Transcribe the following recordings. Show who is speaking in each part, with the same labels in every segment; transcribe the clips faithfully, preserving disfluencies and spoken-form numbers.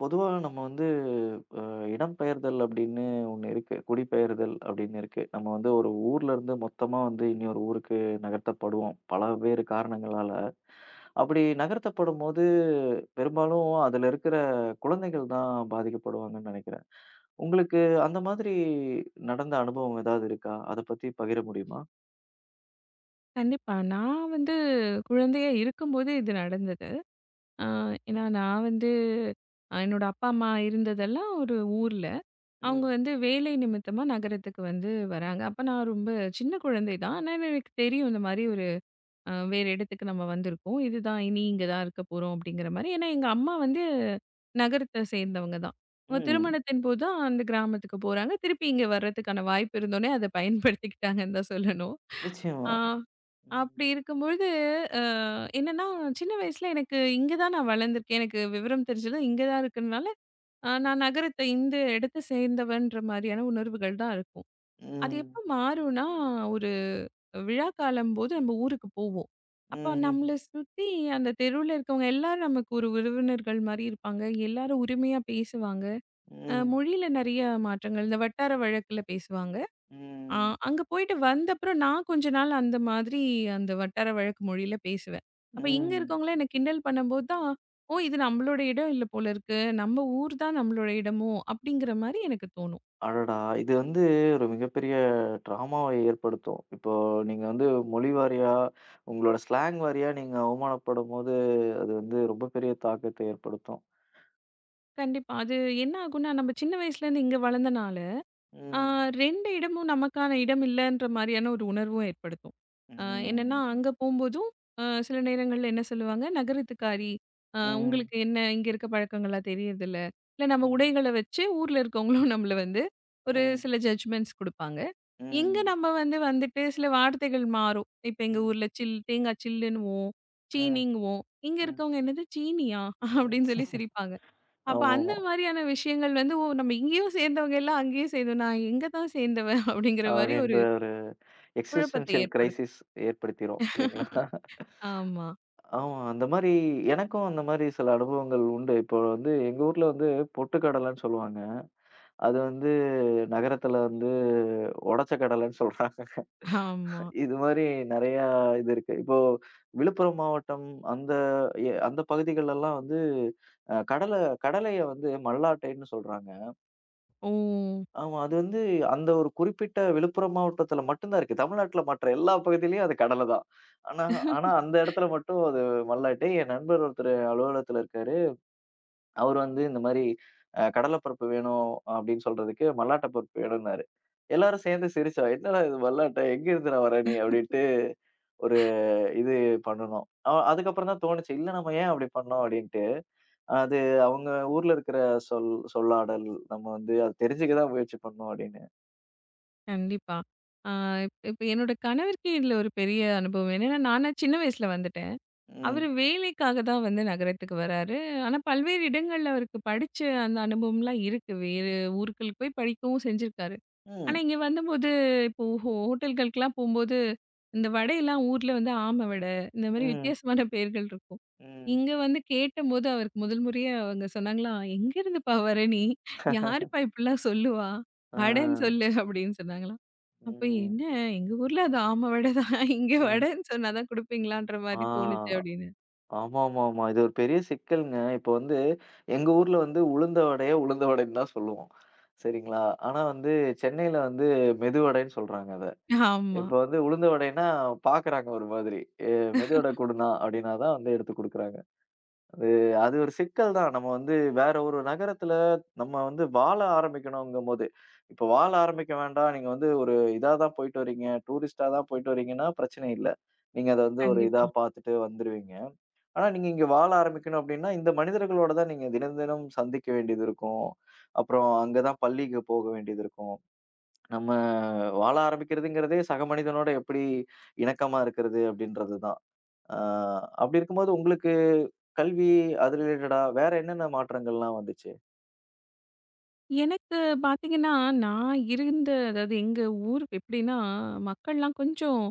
Speaker 1: பொதுவா நம்ம வந்து அ இடம்பெயர்தல் அப்படின்னு ஒண்ணு இருக்கு. குடிபெயர்தல் அப்படின்னு இருக்கு. நம்ம வந்து ஒரு ஊர்ல இருந்து மொத்தமா வந்து இன்னொரு ஊருக்கு நகர்த்தப்படுவோம். பலவேறு காரணங்களால. அப்படி நகர்த்தப்படும்போது பெரும்பாலும் அதுல இருக்கிற குழந்தைகள் தான் பாதிக்கப்படுவாங்கன்னு நெனைக்கிறேன். உங்களுக்கு அந்த மாதிரி நடந்த அனுபவம் ஏதாவது இருக்கா? அத பத்தி பகிர முடியுமா?
Speaker 2: கண்டிப்பா. நான் வந்து குழந்தையா இருக்கும்போது இது நடந்தது. அ ஏன்னா
Speaker 1: ம்.
Speaker 2: நான் வந்து அ என்னோட அப்பா, அம்மா இருந்ததெல்லாம் ஒரு ஊர்ல. அவங்க
Speaker 1: ம்.
Speaker 2: வந்து வேலை நிமித்தமா நகரத்துக்கு வந்து வராங்க. அப்ப நான் ரொம்ப சின்ன குழந்தை தான். ஆனா எனக்கு தெரியும் இந்த மாரி ஒரு அ வேற இடத்துக்கு நம்ம வந்திருக்கோம். இதுதான் இனி இங்க தான் இருக்க போறோம் அப்படிங்கிற மாரி. ஏன்னா எங்க அம்மா வந்து நகரத்த சேர்ந்தவங்க தான். அவங்க
Speaker 1: ம்.
Speaker 2: திருமணத்தின் போது தான் அந்த கிராமத்துக்கு போறாங்க. திருப்பி இங்க வர்றதுக்கான வாய்ப்பு இருந்தோனே அத பயன்படுத்திக்கிட்டாங்கன்னு தான் சொல்லணும்.
Speaker 1: நிச்சயமா.
Speaker 2: ஆ.
Speaker 1: ம்.
Speaker 2: அப்படி இருக்கும்பொழுது, அ என்னன்னா, சின்ன வயசுல எனக்கு இங்க தான் நான் வளர்ந்துருக்கேன். எனக்கு விவரம் தெரிஞ்சது இங்க தான் இருக்கறனால, அ நான் நகரத்த இந்த இடத்த சேர்ந்தவன்ற மாரியான உணர்வுகள் தான் இருக்கும். அது
Speaker 1: ம்.
Speaker 2: எப்ப மாறும்னா, ஒரு விழா காலம்போது நம்ம ஊருக்கு போவோம். அப்ப
Speaker 1: ம்.
Speaker 2: நம்மள
Speaker 1: ம்.
Speaker 2: சுத்தி அந்த தெருவுல இருக்கவங்க எல்லாரும் நமக்கு ஒரு உறவினர்கள் மாரி இருப்பாங்க. எல்லாரும் உரிமையா பேசுவாங்க. அ
Speaker 1: ம்.
Speaker 2: மொழியில நெறைய மாற்றங்கள். இந்த வட்டார வழக்குல பேசுவாங்க. ஆ
Speaker 1: ம்.
Speaker 2: அங்க போயிட்டு வந்தப்புறம் நான் கொஞ்ச நாள் அந்த மாதிரி அந்த வட்டார வழக்கு மொழியில பேசுவேன். அப்ப இங்க
Speaker 1: ம்.
Speaker 2: இருக்கவங்கலாம் என்ன கிண்டல் பண்ணும்போது தான், "ஓ! இது நம்மளோட இடம் இல்ல போல இருக்கு. நம்ம ஊர் தான் நம்மளோட இடமோ!" அப்படிங்கிற மாரி எனக்கு தோணும்.
Speaker 1: அடடா! இது வந்து ஒரு மிகப்பெரிய ட்ராமாவ ஏற்படுத்தும். இப்போ நீங்க வந்து மொழி வாரியா, உங்களோட ஸ்லாங் வாரியா நீங்க அவமானப்படும்போது, அது வந்து ரொம்ப பெரிய தாக்கத்த ஏற்படுத்தும்.
Speaker 2: கண்டிப்பா. அது என்ன ஆகும்னா, நம்ம சின்ன வயசுலேருந்து இங்க வளர்ந்தனால ஆ
Speaker 1: ம்.
Speaker 2: ரெண்டு இடமும் நமக்கான இடம் இல்லன்ற மாரியான ஒரு உணர்வும் ஏற்படுத்தும். அ என்னன்னா,
Speaker 1: ம்.
Speaker 2: அங்க போம்போதும் அ சில நேரங்கள்ல என்ன சொல்லுவாங்க, நகரத்துக்காரி அ
Speaker 1: ம்.
Speaker 2: உங்களுக்கு என்ன இங்க இருக்க பழக்கங்களா தெரியறதில்ல. இல்ல நம்ம
Speaker 1: ம்.
Speaker 2: உடைகள வச்சு ஊர்ல இருக்கவங்களும் நம்மள வந்து ஒரு
Speaker 1: ம்.
Speaker 2: சில ஜட்ஜ்மெண்ட்ஸ் குடுப்பாங்க. இங்க
Speaker 1: ம்.
Speaker 2: நம்ம வந்து வந்துட்டு சில வார்த்தைகள் மாறும். இப்ப எங்க
Speaker 1: ம்.
Speaker 2: ஊர்ல சில் தேங்காய் சில்லுன்னுவோம்,
Speaker 1: ம்.
Speaker 2: சீனிங்குவோம். இங்க
Speaker 1: ம்.
Speaker 2: இருக்கவங்க என்னது சீனியா? அப்படின்னு
Speaker 1: ம்.
Speaker 2: சொல்லி சிரிப்பாங்க. அப்ப அந்த
Speaker 1: ஆமாமா.
Speaker 2: மாதிரியான விஷயங்கள் வந்து, ஓ! நம்ம இங்கேயும் சேர்ந்தவங்க எல்லாம் அங்கேயும் சேர்ந்தோம். நான் எங்க தான் சேர்ந்தவன்? அப்படிங்கிற மாரி ஒரு
Speaker 1: அப்படின்ற ஒரு
Speaker 2: குழப்பத்தை
Speaker 1: எக்ஸிஸ்டென்ஷியல்
Speaker 2: ஏற்படுத்தும்.
Speaker 1: கிரைசிஸ் ஏற்படுத்திரும் இல்லைங்களா?
Speaker 2: ஆமா,
Speaker 1: ஆமா. அந்த மாரி எனக்கும் அந்த மாரி சில அனுபவங்கள் உண்டு. இப்போ வந்து எங்க ஊர்ல வந்து பொட்டுக்கடலைன்னு சொல்லுவாங்க. அது வந்து நகரத்துல வந்து உடைச்ச கடலைன்னு சொல்றாங்க.
Speaker 2: ஆமா.
Speaker 1: இது மாரி நெறையா இது இருக்கு. இப்போ விழுப்புரம் மாவட்டம் அந்த எ அந்த பகுதிகளெல்லாம் வந்து அ கடல கடலைய வந்து மல்லாட்டைன்னு சொல்றாங்க.
Speaker 2: ஓ!
Speaker 1: ஆமா. அது வந்து அந்த ஒரு குறிப்பிட்ட விழுப்புரம் மாவட்டத்துல மட்டும் தான் இருக்கு. தமிழ்நாட்டுல மற்ற எல்லா பகுதியிலயும் அது கடல தான். ஆனா ஆனா அந்த இடத்துல மட்டும் அது மல்லாட்டை. என் நண்பர் ஒருத்தர் அலுவலகத்துல இருக்காரு. அவரு வந்து இந்த மாரி அ கடல பருப்பு வேணும் அப்டின்னு சொல்றதுக்கு, மல்லாட்ட பருப்பு வேணும்னாரு. எல்லாரும் சேர்ந்து சிரிச்சோம். "என்னடா இது மல்லாட்ட? எங்க இருந்துடா வர நீ?" அப்டின்ட்டு ஒரு இது பண்ணுனோம். அ அதுக்கப்புறம் தான் தோணுச்சு, "இல்ல நம்ம ஏன் அப்டி பண்ணோம்?" அப்டின்ட்டு. அது அவங்க ஊர்ல இருக்கிற சொல் சொல்லாடல். நம்ம வந்து அத தெரிஞ்சுக்க தான் முயற்சி பண்ணோம் அப்டின்னு.
Speaker 2: கண்டிப்பா. ஆ இப்ப இப்ப என்னோட கணவருக்கே இதுல ஒரு பெரிய அனுபவம். என்னன்னா, நானா சின்ன வயசுல வந்துட்டேன்.
Speaker 1: ம்.
Speaker 2: அவரு வேலைக்காக தான் வந்து நகரத்துக்கு வராரு. ஆனா, பல்வேறு இடங்கள்ல அவருக்கு படிச்ச அந்த அனுபவம்லாம் இருக்கு. வேறு ஊர்களுக்கு போய் படிக்கவும் செஞ்சிருக்காரு.
Speaker 1: ம்.
Speaker 2: ஆனா, இங்க வந்தம்போது இப்போ ஹோ ஹோட்டல்களுக்குலாம் போம்போது, இந்த வடையெல்லாம் ஊர்ல வந்து ஆம வடை, இந்த மாரி
Speaker 1: ம்.
Speaker 2: வித்தியாசமான பெயர்கள் இருக்கும்.
Speaker 1: ம்.
Speaker 2: இங்க வந்து கேட்டம்போது அவருக்கு முதல் முறையா அவங்க சொன்னாங்களாம், "எங்கேருந்துப்பா வர நீ? யாருப்பா இப்படிலாம் சொல்லுவா?
Speaker 1: ஆ.
Speaker 2: வடைன்னு சொல்லு" அப்படின்னு சொன்னாங்களாம். அப்ப
Speaker 1: ம்.
Speaker 2: "என்ன எங்க ஊர்ல அது ஆம வடை தான். இங்க
Speaker 1: அ.
Speaker 2: வடைன்னு சொன்னா தான் குடுப்பீங்களான்ற
Speaker 1: ஆ.
Speaker 2: மாரி தோணுச்சு" அப்படின்னு.
Speaker 1: ஆமாமாமா. இது ஒரு பெரிய சிக்கல்ங்க. இப்ப வந்து எங்க ஊர்ல வந்து உளுந்த வடைய, உளுந்த வடைன்னு தான் சொல்லுவோம். சரிங்களா? ஆனா வந்து சென்னையில வந்து மெது வடைன்னு சொல்றாங்க அத.
Speaker 2: ஆமா.
Speaker 1: இப்ப வந்து உளுந்த வடைன்னா பாக்குறாங்க ஒரு மாதிரி. "ஏ மெது வடை குடுண்ணா" அப்படின்னா தான் வந்து எடுத்து குடுக்குறாங்க. அது அது ஒரு சிக்கல் தான். நம்ம வந்து வேற ஒரு நகரத்துல நம்ம வந்து வாழ ஆரம்பிக்கணுங்கும்போது, இப்ப வாழ ஆரம்பிக்க வேண்டாம். நீங்க வந்து ஒரு இதா தான் போயிட்டு வரீங்க, டூரிஸ்ட்டா தான் போயிட்டு வரீங்கன்னா பிரச்சனை இல்ல. நீங்க அத வந்து ஒரு இதா
Speaker 2: கண்டிப்பா.
Speaker 1: பாத்துட்டு வந்துருவீங்க. ஆனா, நீங்க இங்க வாழ ஆரம்பிக்கணும் அப்படின்னா, இந்த மனிதர்களோட தான் நீங்க தினம் தினம் சந்திக்க வேண்டியது இருக்கும். அப்புறம் அங்க தான் பள்ளிக்கு போக வேண்டியது இருக்கும். நம்ம வாழ ஆரம்பிக்கிறதுங்கிறதே சக மனிதனோட எப்படி இணக்கமா இருக்கிறது அப்படின்றது தான். ஆ, அப்படி இருக்கும்போது உங்களுக்கு கல்வி அது ரிலேட்டடா வேற என்னென்ன மாற்றங்கள்லாம் வந்துச்சு?
Speaker 2: எனக்கு பார்த்தீங்கன்னா, நான் இருந்த அதாவது எங்க ஊர் எப்படின்னா, மக்கள்லாம் கொஞ்சம்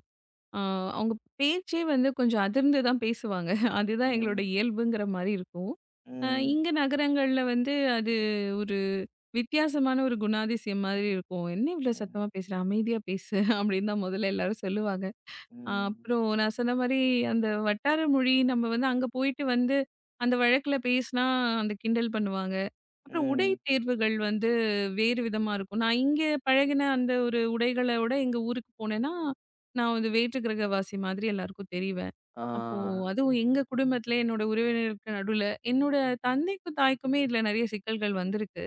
Speaker 2: ஆ, அவங்க பேச்சே வந்து கொஞ்சம் அதிர்ந்து தான் பேசுவாங்க. அதுதான் எங்களோட
Speaker 1: ம்,
Speaker 2: இயல்புங்கிற மாரி இருக்கும். அ
Speaker 1: ம்,
Speaker 2: இங்க நகரங்கள்ல வந்து அது ஒரு வித்தியாசமான ஒரு குணாதிசயம் மாதிரி இருக்கும். "என்ன இவ்ளோ
Speaker 1: ம்,
Speaker 2: சத்தமா பேசுற? அமைதியா பேசு" அப்படின்னு தான் முதல்ல எல்லாரும் சொல்லுவாங்க. அ
Speaker 1: ம்,
Speaker 2: அப்புறம் நான் சொன்ன மாரி அந்த வட்டார மொழி நம்ம வந்து அங்க போயிட்டு வந்து, அந்த வழக்குல பேசினா அந்த கிண்டல் பண்ணுவாங்க. அப்புறம் உடை
Speaker 1: ம்.
Speaker 2: தேர்வுகள் வந்து வேறு விதமா இருக்கும். நான் இங்க பழகின அந்த ஒரு உடைகள விட எங்க ஊருக்கு போனேன்னா, நான் வந்து வேற்று கிரகவாசி மாதிரி எல்லாருக்கும் தெரிவேன்.
Speaker 1: ஆ,
Speaker 2: அப்போ அதுவும் எங்க குடும்பத்தில என்னோட உறவினருக்கு நடுவுல என்னோட தந்தைக்கும், தாய்க்குமே இதில நெறைய சிக்கல்கள் வந்திருக்கு.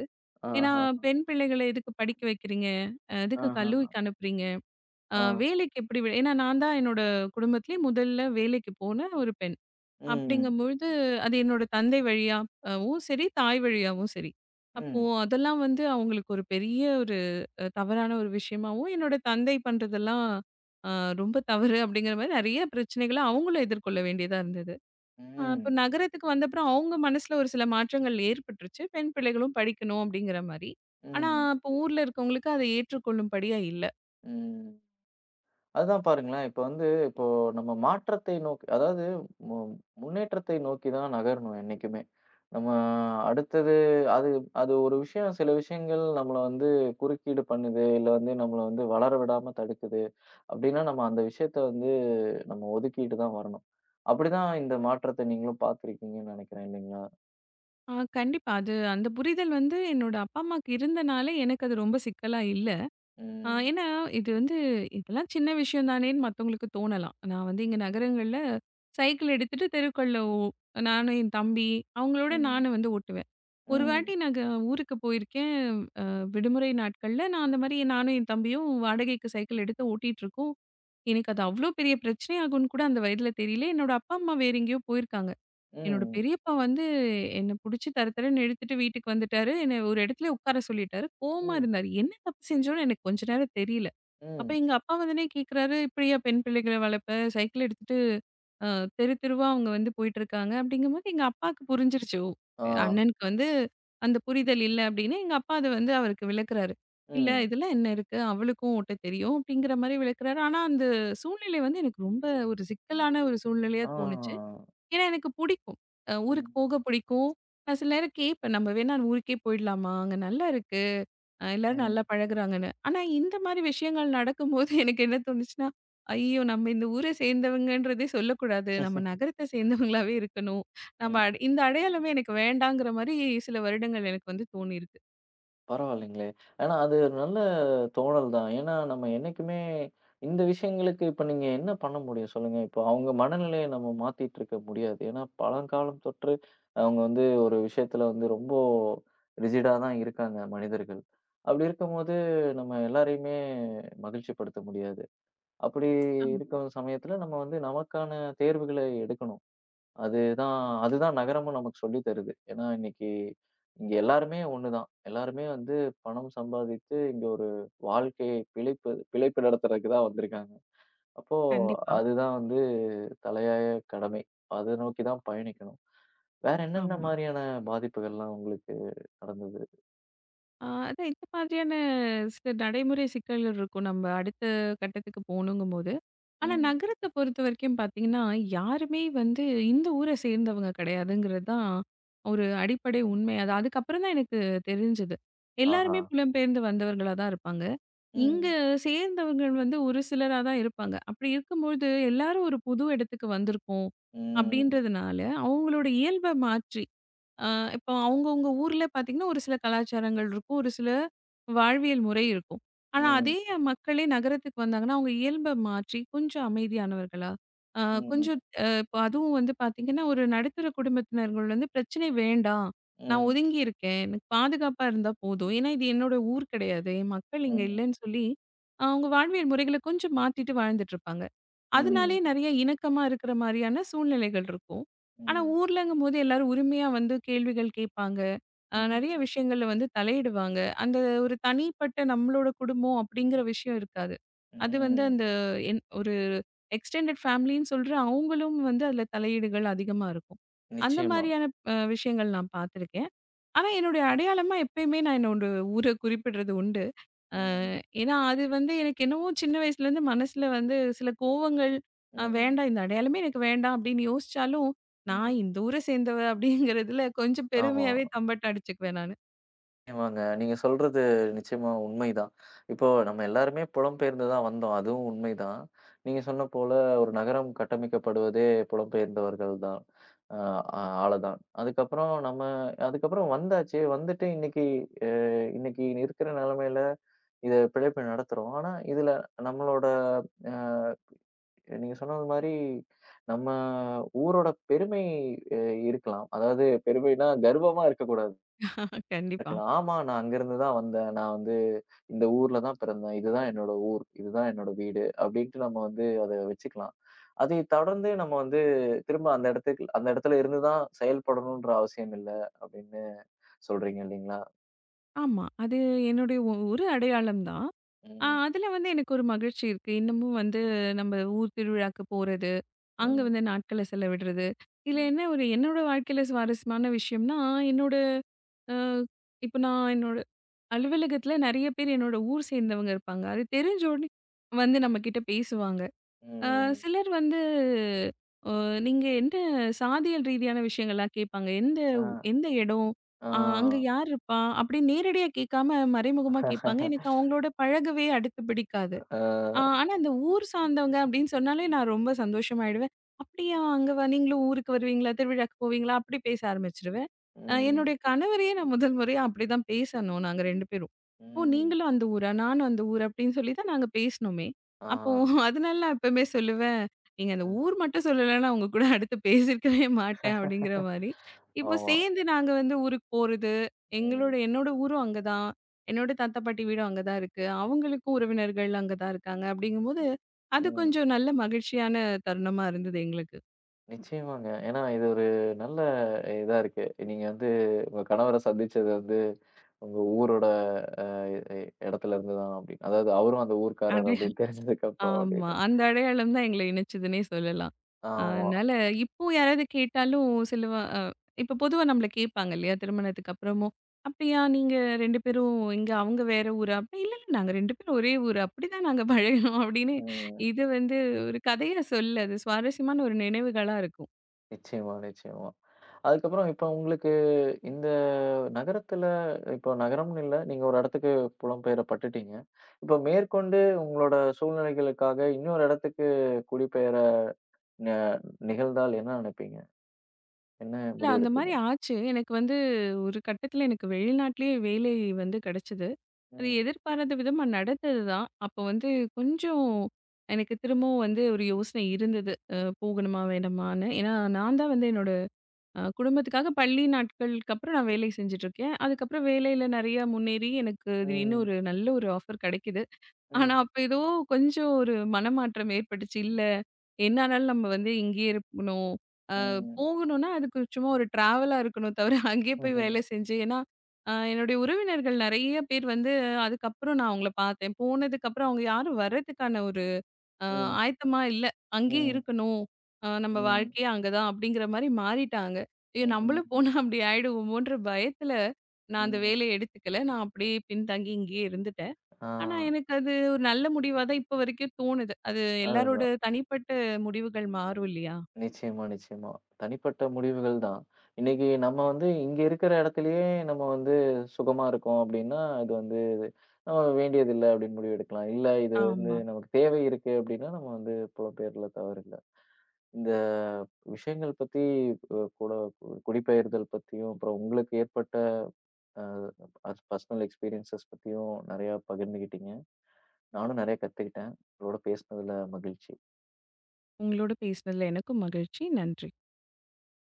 Speaker 2: ஏன்னா
Speaker 1: ஆஹா,
Speaker 2: பெண் பிள்ளைகள எதுக்கு படிக்க வைக்கிறீங்க? அ எதுக்கு
Speaker 1: ஆஹா,
Speaker 2: கல்லூரிக்கு அனுப்புறீங்க? அ
Speaker 1: ஆ.
Speaker 2: வேலைக்கு எப்படி வே ஏன்னா நான் தான் என்னோட குடும்பத்திலேயே முதல்ல வேலைக்கு போன ஒரு பெண்.
Speaker 1: ம்,
Speaker 2: அப்படிங்கும்பொழுது அது என்னோட தந்தை வழியாவும் சரி, தாய் வழியாவும் சரி. அப்போ
Speaker 1: ம்,
Speaker 2: அதெல்லாம் வந்து அவங்களுக்கு ஒரு பெரிய ஒரு அ தவறான ஒரு விஷயமாவும், என்னோட தந்தை பண்றதெல்லாம் அ ரொம்ப தவறு அப்படிங்கிற மாரி நெறைய பிரச்சனைகள அவங்களும் எதிர்கொள்ள வேண்டியதா இருந்தது. அ இப்போ
Speaker 1: ம்,
Speaker 2: நகரத்துக்கு வந்தப்புறம் அவங்க மனசுல ஒரு சில மாற்றங்கள் ஏற்பட்டுருச்சு. பெண் பிள்ளைகளும் படிக்கணும் அப்படிங்கிற மாரி. ஆனா,
Speaker 1: ம்,
Speaker 2: இப்போ ஊர்ல இருக்கவங்களுக்கு அதை ஏற்றுக்கொள்ளும்படியா இல்ல.
Speaker 1: ம். அதுதான் பாருங்களேன். இப்ப வந்து இப்போ நம்ம மாற்றத்தை நோக்கி அதாவது மு முன்னேற்றத்தை நோக்கி தான் நகரணும் என்னைக்குமே. நம்ம அடுத்தது அது அது ஒரு விஷயம் சில விஷயங்கள் நம்மள வந்து குறுக்கீடு பண்ணுது. இல்ல வந்து நம்மள வந்து வளர விடாம தடுக்குது. அப்டின்னா நம்ம அந்த விஷயத்த வந்து நம்ம ஒதுக்கிட்டு தான் வரணும். அப்படிதான் இந்த மாற்றத்தை நீங்களும் பார்த்திருக்கீங்கன்னு நெனைக்கிறேன் இல்லைங்களா?
Speaker 2: ஆ கண்டிப்பா. அது அந்த புரிதல் வந்து என்னோட அப்பா, அம்மாக்கு இருந்தனால எனக்கு அது ரொம்ப சிக்கலா இல்ல. ஆ
Speaker 1: ம்,
Speaker 2: ஏன்னா இது வந்து இதெல்லாம் சின்ன விஷயம் தானேன்னு மத்தவங்களுக்கு தோணலாம். நான் வந்து இங்க நகரங்கள்ல சைக்கிள் எடுத்துட்டு தெருக்கள்ல ஓ நானும் என் தம்பி அவங்களோட
Speaker 1: ம்,
Speaker 2: நானும் வந்து ஓட்டுவேன். ஒரு
Speaker 1: ம்,
Speaker 2: வாட்டி நாங்க ஊருக்கு போயிருக்கேன் அஹ், விடுமுறை நாட்கள்ல. நான் அந்த மாரி நானும் என் தம்பியும் வாடகைக்கு சைக்கிள் எடுத்து ஓட்டிட்டு இருக்கோம். எனக்கு அது அவ்ளோ பெரிய பிரச்சனை ஆகும்னு கூட அந்த வயதில தெரியல. என்னோட அப்பா, அம்மா வேற எங்கேயோ போயிருக்காங்க. என்னோட
Speaker 1: ம்,
Speaker 2: பெரியப்பா வந்து என்ன புடிச்சு தர தரன்னு இழுத்துட்டு வீட்டுக்கு வந்துட்டாரு. என்ன ஒரு இடத்துல உட்கார சொல்லிட்டாரு. கோவமா
Speaker 1: ம்,
Speaker 2: இருந்தாரு. என்ன தப்பு செஞ்சோன்னு எனக்கு கொஞ்ச நேரம் தெரியல. அப்ப
Speaker 1: ம்.
Speaker 2: எங்க அப்பா வந்துனே கேட்குறாரு, "இப்படியா பெண் பிள்ளைகள வளர்ப்ப? சைக்கிள் எடுத்துட்டு அ தெரு தெருவா அவங்க வந்து போயிட்டுருக்காங்க." அப்படிங்கும்போது எங்க அப்பாவுக்கு புரிஞ்சிருச்சு. ஓ!
Speaker 1: ஆ,
Speaker 2: அண்ணனுக்கு வந்து அந்த புரிதல் இல்ல அப்படின்னு எங்க அப்பா அத வந்து அவருக்கு விளக்குறாரு. "இல்ல
Speaker 1: ம்,
Speaker 2: இதெல்லாம் என்ன இருக்கு? அவளுக்கும் ஓட்ட தெரியும்." அப்படிங்கிற மாரி விளக்குறாரு. ஆனா அந்த சூழ்நிலை வந்து எனக்கு ரொம்ப ஒரு சிக்கலான ஒரு சூழ்நிலையா தோணுச்சு.
Speaker 1: ஆ,
Speaker 2: ஏன்னா எனக்கு பிடிக்கும். அ ஊருக்கு
Speaker 1: ம்,
Speaker 2: போக பிடிக்கும். நான் சில நேரம் கேட்பேன். நம்ம வேணா ஊருக்கே போயிடலாமா? அங்க நல்லா இருக்கு. அ எல்லாரும் நல்லா பழகுறாங்கன்னு. ஆனா இந்த மாரி விஷயங்கள் நடக்கும்போது எனக்கு என்ன தோணுச்சுன்னா, ஐயோ! நம்ம இந்த ஊர சேர்ந்தவங்கன்றதே சொல்லக்கூடாது. நம்ம நகரத்த சேர்ந்தவங்களாவே இருக்கணும். நம்ம
Speaker 1: ம்.
Speaker 2: அட இந்த அடையாளமே எனக்கு வேண்டாங்கிற மாரி சில வருடங்கள் எனக்கு வந்து தோணியிருக்கு.
Speaker 1: பரவாயில்லைங்களே! ஆனா, அது ஒரு நல்ல தோணல் தான். ஏன்னா, நம்ம என்னைக்குமே இந்த விஷயங்களுக்கு இப்ப நீங்க என்ன பண்ண முடியும் சொல்லுங்க? இப்போ அவங்க மனநிலைய நம்ம மாத்திட்டு இருக்க முடியாது. ஏன்னா, பழங்காலம் தொற்று அவங்க வந்து ஒரு விஷயத்துல வந்து ரொம்ப ரிஜிடா தான் இருக்காங்க மனிதர்கள். அப்படி இருக்கும்போது நம்ம எல்லாரையுமே மகிழ்ச்சிப்படுத்த முடியாது. அப்படி
Speaker 2: ஆமா.
Speaker 1: இருக்க சமயத்துல நம்ம வந்து நமக்கான தேர்வுகளை எடுக்கணும். அதுதான் அதுதான் நகரமும் நமக்கு சொல்லி தருது. ஏன்னா, இன்னைக்கு இங்க எல்லாருமே ஒண்ணுதான். எல்லாருமே வந்து பணம் சம்பாதித்து இங்க ஒரு வாழ்க்கை பிழைப்பு பிழைப்பு நடத்துறதுக்கு தான் வந்திருக்காங்க. அப்போ
Speaker 2: கண்டிப்பா.
Speaker 1: அதுதான் வந்து தலையாய கடமை. அத நோக்கி தான் பயணிக்கணும். வேற என்னென்ன
Speaker 2: ஆமா.
Speaker 1: மாரியான பாதிப்புகள்லாம் உங்களுக்கு நடந்தது?
Speaker 2: ஆ, அதான் இந்த மாதிரியான சில நடைமுறை சிக்கல்கள் இருக்கும். நம்ம அடுத்த கட்டத்துக்கு போகணுங்கும்போது. ஆனா
Speaker 1: ம்.
Speaker 2: நகரத்த பொறுத்தவரைக்கும் பார்த்தீங்கன்னா, யாருமே வந்து இந்த ஊர சேர்ந்தவங்க கிடையாதுங்கிறது தான் ஒரு அடிப்படை உண்மை. அது அதுக்கப்புறம் தான் எனக்கு தெரிஞ்சது.
Speaker 1: ஆஹா.
Speaker 2: எல்லாருமே புலம்பெயர்ந்து வந்தவர்களா தான் இருப்பாங்க. இங்க
Speaker 1: ம்.
Speaker 2: சேர்ந்தவர்கள் வந்து ஒரு சிலரா தான் இருப்பாங்க. அப்படி இருக்கும்பொழுது எல்லாரும் ஒரு புது இடத்துக்கு வந்திருக்கோம்
Speaker 1: ம்.
Speaker 2: அப்படின்றதுனால, அவங்களோட இயல்ப மாற்றி ஆ இப்போ அவங்கவங்க ஊர்ல பார்த்தீங்கன்னா, ஒரு சில கலாச்சாரங்கள் இருக்கும். ஒரு சில வாழ்வியல் முறை இருக்கும். ஆனா,
Speaker 1: ம்.
Speaker 2: அதே மக்களே நகரத்துக்கு வந்தாங்கன்னா, அவங்க இயல்ப மாற்றி கொஞ்சம் அமைதியானவர்களா, அ
Speaker 1: ம்.
Speaker 2: கொஞ்சம் அ இப்போ அதுவும் வந்து பார்த்தீங்கன்னா, ஒரு நடுத்தர குடும்பத்தினர்கள் வந்து பிரச்சனை வேண்டாம். நான்
Speaker 1: ம்.
Speaker 2: ஒதுங்கி இருக்கேன். எனக்கு பாதுகாப்பா இருந்தா போதும். ஏன்னா, இது என்னோட ஊர் கிடையாது. என் மக்கள் இங்க
Speaker 1: ம்.
Speaker 2: இல்லன்னு சொல்லி, ஆஹ் அவங்க வாழ்வியல் முறைகள கொஞ்சம் மாத்திட்டு வாழ்ந்துட்டு இருப்பாங்க.
Speaker 1: ம்.
Speaker 2: அதனாலேயே நெறைய இணக்கமா இருக்கிற மாரியான சூழ்நிலைகள் இருக்கும். ஆனா,
Speaker 1: ம்.
Speaker 2: ஊர்லங்கும்போது எல்லாரும் உரிமையா வந்து கேள்விகள் கேட்பாங்க. அ
Speaker 1: ம்.
Speaker 2: நெறைய விஷயங்கள்ல வந்து தலையிடுவாங்க. அந்த ஒரு தனிப்பட்ட நம்மளோட குடும்பம் அப்படிங்கிற விஷயம் இருக்காது. அது வந்து
Speaker 1: ம்.
Speaker 2: அந்த என் ஒரு எக்ஸ்டெண்டட் ஃபேமிலின்னு சொல்ற அவங்களும் வந்து அதுல தலையீடுகள் அதிகமா இருக்கும். அந்த
Speaker 1: நிச்சயமா.
Speaker 2: மாரியான அ விஷயங்கள் நான் பார்த்துருக்கேன். ஆனா, என்னுடைய அடையாளமா எப்பயுமே நான் என்னோட ஊர குறிப்பிடுறது உண்டு.
Speaker 1: ம்.
Speaker 2: ஏன்னா, அது வந்து எனக்கு என்னவோ சின்ன வயசுலேருந்து மனசுல வந்து சில கோவங்கள், அ
Speaker 1: ம்.
Speaker 2: வேண்டாம் இந்த அடையாளமே எனக்கு வேண்டாம் அப்படின்னு யோசிச்சாலும்,
Speaker 1: ம்.
Speaker 2: நான் இந்த ஊர சேர்ந்தவ அப்படிங்கிறதுல கொஞ்சம்
Speaker 1: ஆமா.
Speaker 2: பெருமையாவே தம்பட்டம் அடிச்சுக்குவேன் நானு.
Speaker 1: நிச்சயமாங்க. நீங்க சொல்றது நிச்சயமா உண்மைதான். இப்போ நம்ம எல்லாருமே புலம்பெயர்ந்து தான் வந்தோம். அதுவும் உண்மைதான். நீங்க சொன்ன போல ஒரு நகரம் கட்டமைக்கப்படுவதே புலம்பெயர்ந்தவர்கள் தான். அ அ ஆள தான். அதுக்கப்புறம் நம்ம அதுக்கப்புறம் வந்தாச்சு. வந்துட்டு இன்னைக்கு அ இன்னைக்கு இருக்கிற நிலைமையில இத பிழைப்பு நடத்துறோம். ஆனா, இதுல நம்மளோட அ நீங்க சொன்னது மாரி நம்ம ஊரோட பெருமை அ இருக்கலாம். அதாவது பெருமைனா கர்வமா இருக்கக்கூடாது.
Speaker 2: கண்டிப்பா.
Speaker 1: இருக்கலாம். ஆமா. நான் அங்கருந்து தான் வந்தேன். நான் வந்து இந்த ஊர்ல தான் பிறந்தேன். இதுதான் என்னோட ஊர். இதுதான் என்னோட வீடு. அப்படின்ட்டு நம்ம வந்து அத வச்சுக்கலாம். அதை தொடர்ந்து நம்ம வந்து திரும்ப அந்த இடத்துக்கு அந்த இடத்துல இருந்து தான் செயல்படணுன்ற அவசியம் இல்ல அப்படின்னு சொல்றீங்க இல்லைங்களா?
Speaker 2: ஆமா. அது என்னுடைய ஒ ஒரு அடையாளம் தான். அ
Speaker 1: ம்.
Speaker 2: அதில வந்து எனக்கு ஒரு மகிழ்ச்சி இருக்கு. இன்னமும் வந்து நம்ம ஊர் திருவிழாக்கு போறது, அங்க
Speaker 1: ம்.
Speaker 2: வந்து நாட்கள செலவிடுறது. இதுல
Speaker 1: ம்.
Speaker 2: என்ன ஒரு என்னோட வாழ்க்கையில சுவாரஸ்யமான விஷயம்னா, என்னோட அ இப்போ நான் என்னோட அலுவலகத்துல நெறைய பேர் என்னோட ஊர் சேர்ந்தவங்க இருப்பாங்க. அது தெரிஞ்ச உடனே வந்து நம்ம கிட்ட பேசுவாங்க. அ
Speaker 1: ம்.
Speaker 2: சிலர் வந்து அ நீங்க எந்த சாதியல் ரீதியான விஷயங்கள்லாம் கேட்பாங்க. எந்த
Speaker 1: ஆ.
Speaker 2: ஊ- எந்த இடம்? அ அங்க
Speaker 1: ஆ.
Speaker 2: யார் இருப்பா? அப்படி நேரடியா கேட்காம மறைமுகமா கேட்பாங்க. எனக்கு அவங்களோட பழகவே அடுத்து பிடிக்காது. ஆ,
Speaker 1: ஆ.
Speaker 2: ஆனா அந்த ஊர் சார்ந்தவங்க அப்படின்னு சொன்னாலே நான் ரொம்ப சந்தோஷமாயிடுவேன். "அப்படியா அங்க வ நீங்களும் ஊருக்கு வருவீங்களா? திருவிழாக்கு போவீங்களா?" அப்படி பேச ஆரம்பிச்சுருவேன். அ
Speaker 1: ம்.
Speaker 2: என்னுடைய கணவரையே நான் முதல் முறையா அப்படிதான் பேசணும் நாங்க ரெண்டு பேரும். "ஓ!
Speaker 1: ம்.
Speaker 2: நீங்களும் அந்த ஊரா? நானும் அந்த ஊர்" அப்படின்னு சொல்லி தான் நாங்க பேசினோமே.
Speaker 1: ஆ.
Speaker 2: அப்போ அதனால நான் எப்பவுமே சொல்லுவேன், "நீங்க அந்த
Speaker 1: ஆ.
Speaker 2: ஊர் மட்டும் சொல்லலன்னா உங்க கூட அடுத்து பேசியிருக்கவே மாட்டேன்" அப்படிங்கிற மாரி. இப்போ
Speaker 1: ஆமா.
Speaker 2: சேர்ந்து நாங்க வந்து ஊருக்கு போறது, எங்களோட
Speaker 1: ம்.
Speaker 2: என்னோட ஊரும் அங்க தான். என்னோட தாத்தா பாட்டி வீடும் அங்க தான் இருக்கு. அவங்களுக்கும் உறவினர்கள் அங்க தான் இருக்காங்க. அப்படிங்கும்போது, அது
Speaker 1: ம்.
Speaker 2: கொஞ்சம் நல்ல மகிழ்ச்சியான தருணமா இருந்தது எங்களுக்கு.
Speaker 1: நிச்சயமாங்க. ஏன்னா, இது ஒரு நல்ல இதா இருக்கு. நீங்க வந்து உங்க கணவர சந்திச்சது வந்து உங்க ஊரோட அ எ இடத்துல இருந்து தான் அப்படின்னு. அதாவது அவரும் அந்த ஊர்க்காரர்
Speaker 2: அடே
Speaker 1: அப்படின்னு தெரிஞ்சதுக்கு அப்புறம்
Speaker 2: ஆமா.
Speaker 1: அப்படின்னு.
Speaker 2: அந்த அடையாளம் தான் எங்கள இணைச்சதுன்னே சொல்லலாம். ஆஹ்
Speaker 1: ஆமா.
Speaker 2: அதனால இப்போ யாராவது கேட்டாலும் சிலவ அ இப்ப பொதுவா நம்மள கேட்பாங்க இல்லையா? திருமணத்துக்கு அப்புறமும். அப்படியா நீங்க ரெண்டு பேரும் இங்க அவங்க வேற ஊரா? அப்படி இல்ல, இல்ல நாங்க ரெண்டு பேரும் ஒரே ஊரு. அப்படிதான் நாங்க பழகினோம் அப்படின்னு
Speaker 1: ம்.
Speaker 2: இது வந்து ஒரு கதையா சொல்லு. அது சுவாரஸ்யமான ஒரு நினைவுகளா இருக்கும்.
Speaker 1: நிச்சயமா, நிச்சயமா. அதுக்கப்புறம் இப்ப உங்களுக்கு இந்த நகரத்துல இப்போ நகரம்னு இல்ல. நீங்க ஒரு இடத்துக்கு புலம்பெயர பட்டுட்டீங்க. இப்ப மேற்கொண்டு உங்களோட சூழ்நிலைகளுக்காக இன்னொரு இடத்துக்கு குடிபெயர ந நிகழ்ந்தால் என்ன நினைப்பீங்க? என்ன
Speaker 2: இல்ல அந்த மாரி
Speaker 1: முடிவெடுப்பீங்க?
Speaker 2: ஆச்சு. எனக்கு வந்து ஒரு கட்டத்தில எனக்கு வெளிநாட்டிலேயே வேலை வந்து கிடைச்சது. அது
Speaker 1: ம்.
Speaker 2: எதிர்பாராத விதமா நடந்தது தான். அப்போ வந்து கொஞ்சம் எனக்கு திரும்பவும் வந்து ஒரு யோசனை இருந்தது. அ போகணுமா வேணாமான்னு. ஏன்னா நான் தான் வந்து என்னோட அ குடும்பத்துக்காக பள்ளி நாட்களுக்கு அப்புறம் நான் வேலை செஞ்சுட்டு இருக்கேன். அதுக்கப்புறம் வேலையில நெறைய முன்னேறி எனக்கு திடீர்னு
Speaker 1: ம்,
Speaker 2: ஒரு நல்ல ஒரு ஆஃபர் கிடைக்குது. ஆனா,
Speaker 1: ம்,
Speaker 2: அப்ப ஏதோ கொஞ்சம் ஒரு மனமாற்றம் ஏற்பட்டுச்சு. இல்ல, என்ன ஆனாலும் நம்ம வந்து இங்கேயே இருக்கணும். அ
Speaker 1: ம்.
Speaker 2: போகணும்னா, அதுக்கு சும்மா ஒரு ட்ராவலா இருக்கணும் தவிர, அங்கேயே போய் வேலை
Speaker 1: ம்ஹ்ஹ்ம்.
Speaker 2: செஞ்சு ஏன்னா, அ என்னுடைய உறவினர்கள் நெறைய பேர் வந்து அதுக்கப்புறம் நான் அவங்கள பார்த்தேன். போனதுக்கப்புறம் அவங்க யாரும் வர்றதுக்கான ஒரு அ
Speaker 1: ம்,
Speaker 2: ஆயத்தமா இல்ல. அங்கேயே
Speaker 1: ம்,
Speaker 2: இருக்கணும். அ நம்ம
Speaker 1: ம்,
Speaker 2: வாழ்க்கையே அங்க தான் அப்படிங்கிற மாரி மாறிட்டாங்க. ஐயோ!
Speaker 1: ம்,
Speaker 2: நம்மளும் போனா அப்படி ஆயிடுவோமோன்ற பயத்துல, நான் அந்த
Speaker 1: ம்.
Speaker 2: வேலைய எடுத்துக்கல. நான் அப்படியே பின்தங்கி இங்கேயே இருந்துட்டேன்.
Speaker 1: ஆ,
Speaker 2: ஆனா, எனக்கு அது ஒரு நல்ல முடிவா தான் இப்ப வரைக்கும் தோணுது. அது எல்லாரோட
Speaker 1: அதுதான்.
Speaker 2: தனிப்பட்ட முடிவுகள் மாறும் இல்லையா?
Speaker 1: நிச்சயமா, நிச்சயமா. தனிப்பட்ட முடிவுகள் தான். இன்னைக்கு நம்ம வந்து இங்க இருக்கிற இடத்திலேயே நம்ம வந்து சுகமா இருக்கோம் அப்டின்னா, அது வந்து நம்ம வேண்டியதில்ல அப்டின்னு முடிவு எடுக்கலாம். இல்ல இது வந்து
Speaker 2: ஆமா.
Speaker 1: நமக்கு தேவை இருக்கு அப்டின்னா, நம்ம வந்து புலம்பெயர்ல தவறில்ல. இந்த விஷயங்கள் பத்தி அ கூட குடிபெயர்தல் பத்தியும், அப்புறம் உங்களுக்கு ஏற்பட்ட அ அது பர்சனல் எக்ஸ்பீரியன்ஸஸ் பத்தியும் நெறையா பகிர்ந்துக்கிட்டீங்க. நானும் நெறையா கத்துக்கிட்டேன். உங்களோட பேசினதுல மகிழ்ச்சி.
Speaker 2: உங்களோட பேசினதுல எனக்கும் மகிழ்ச்சி. நன்றி.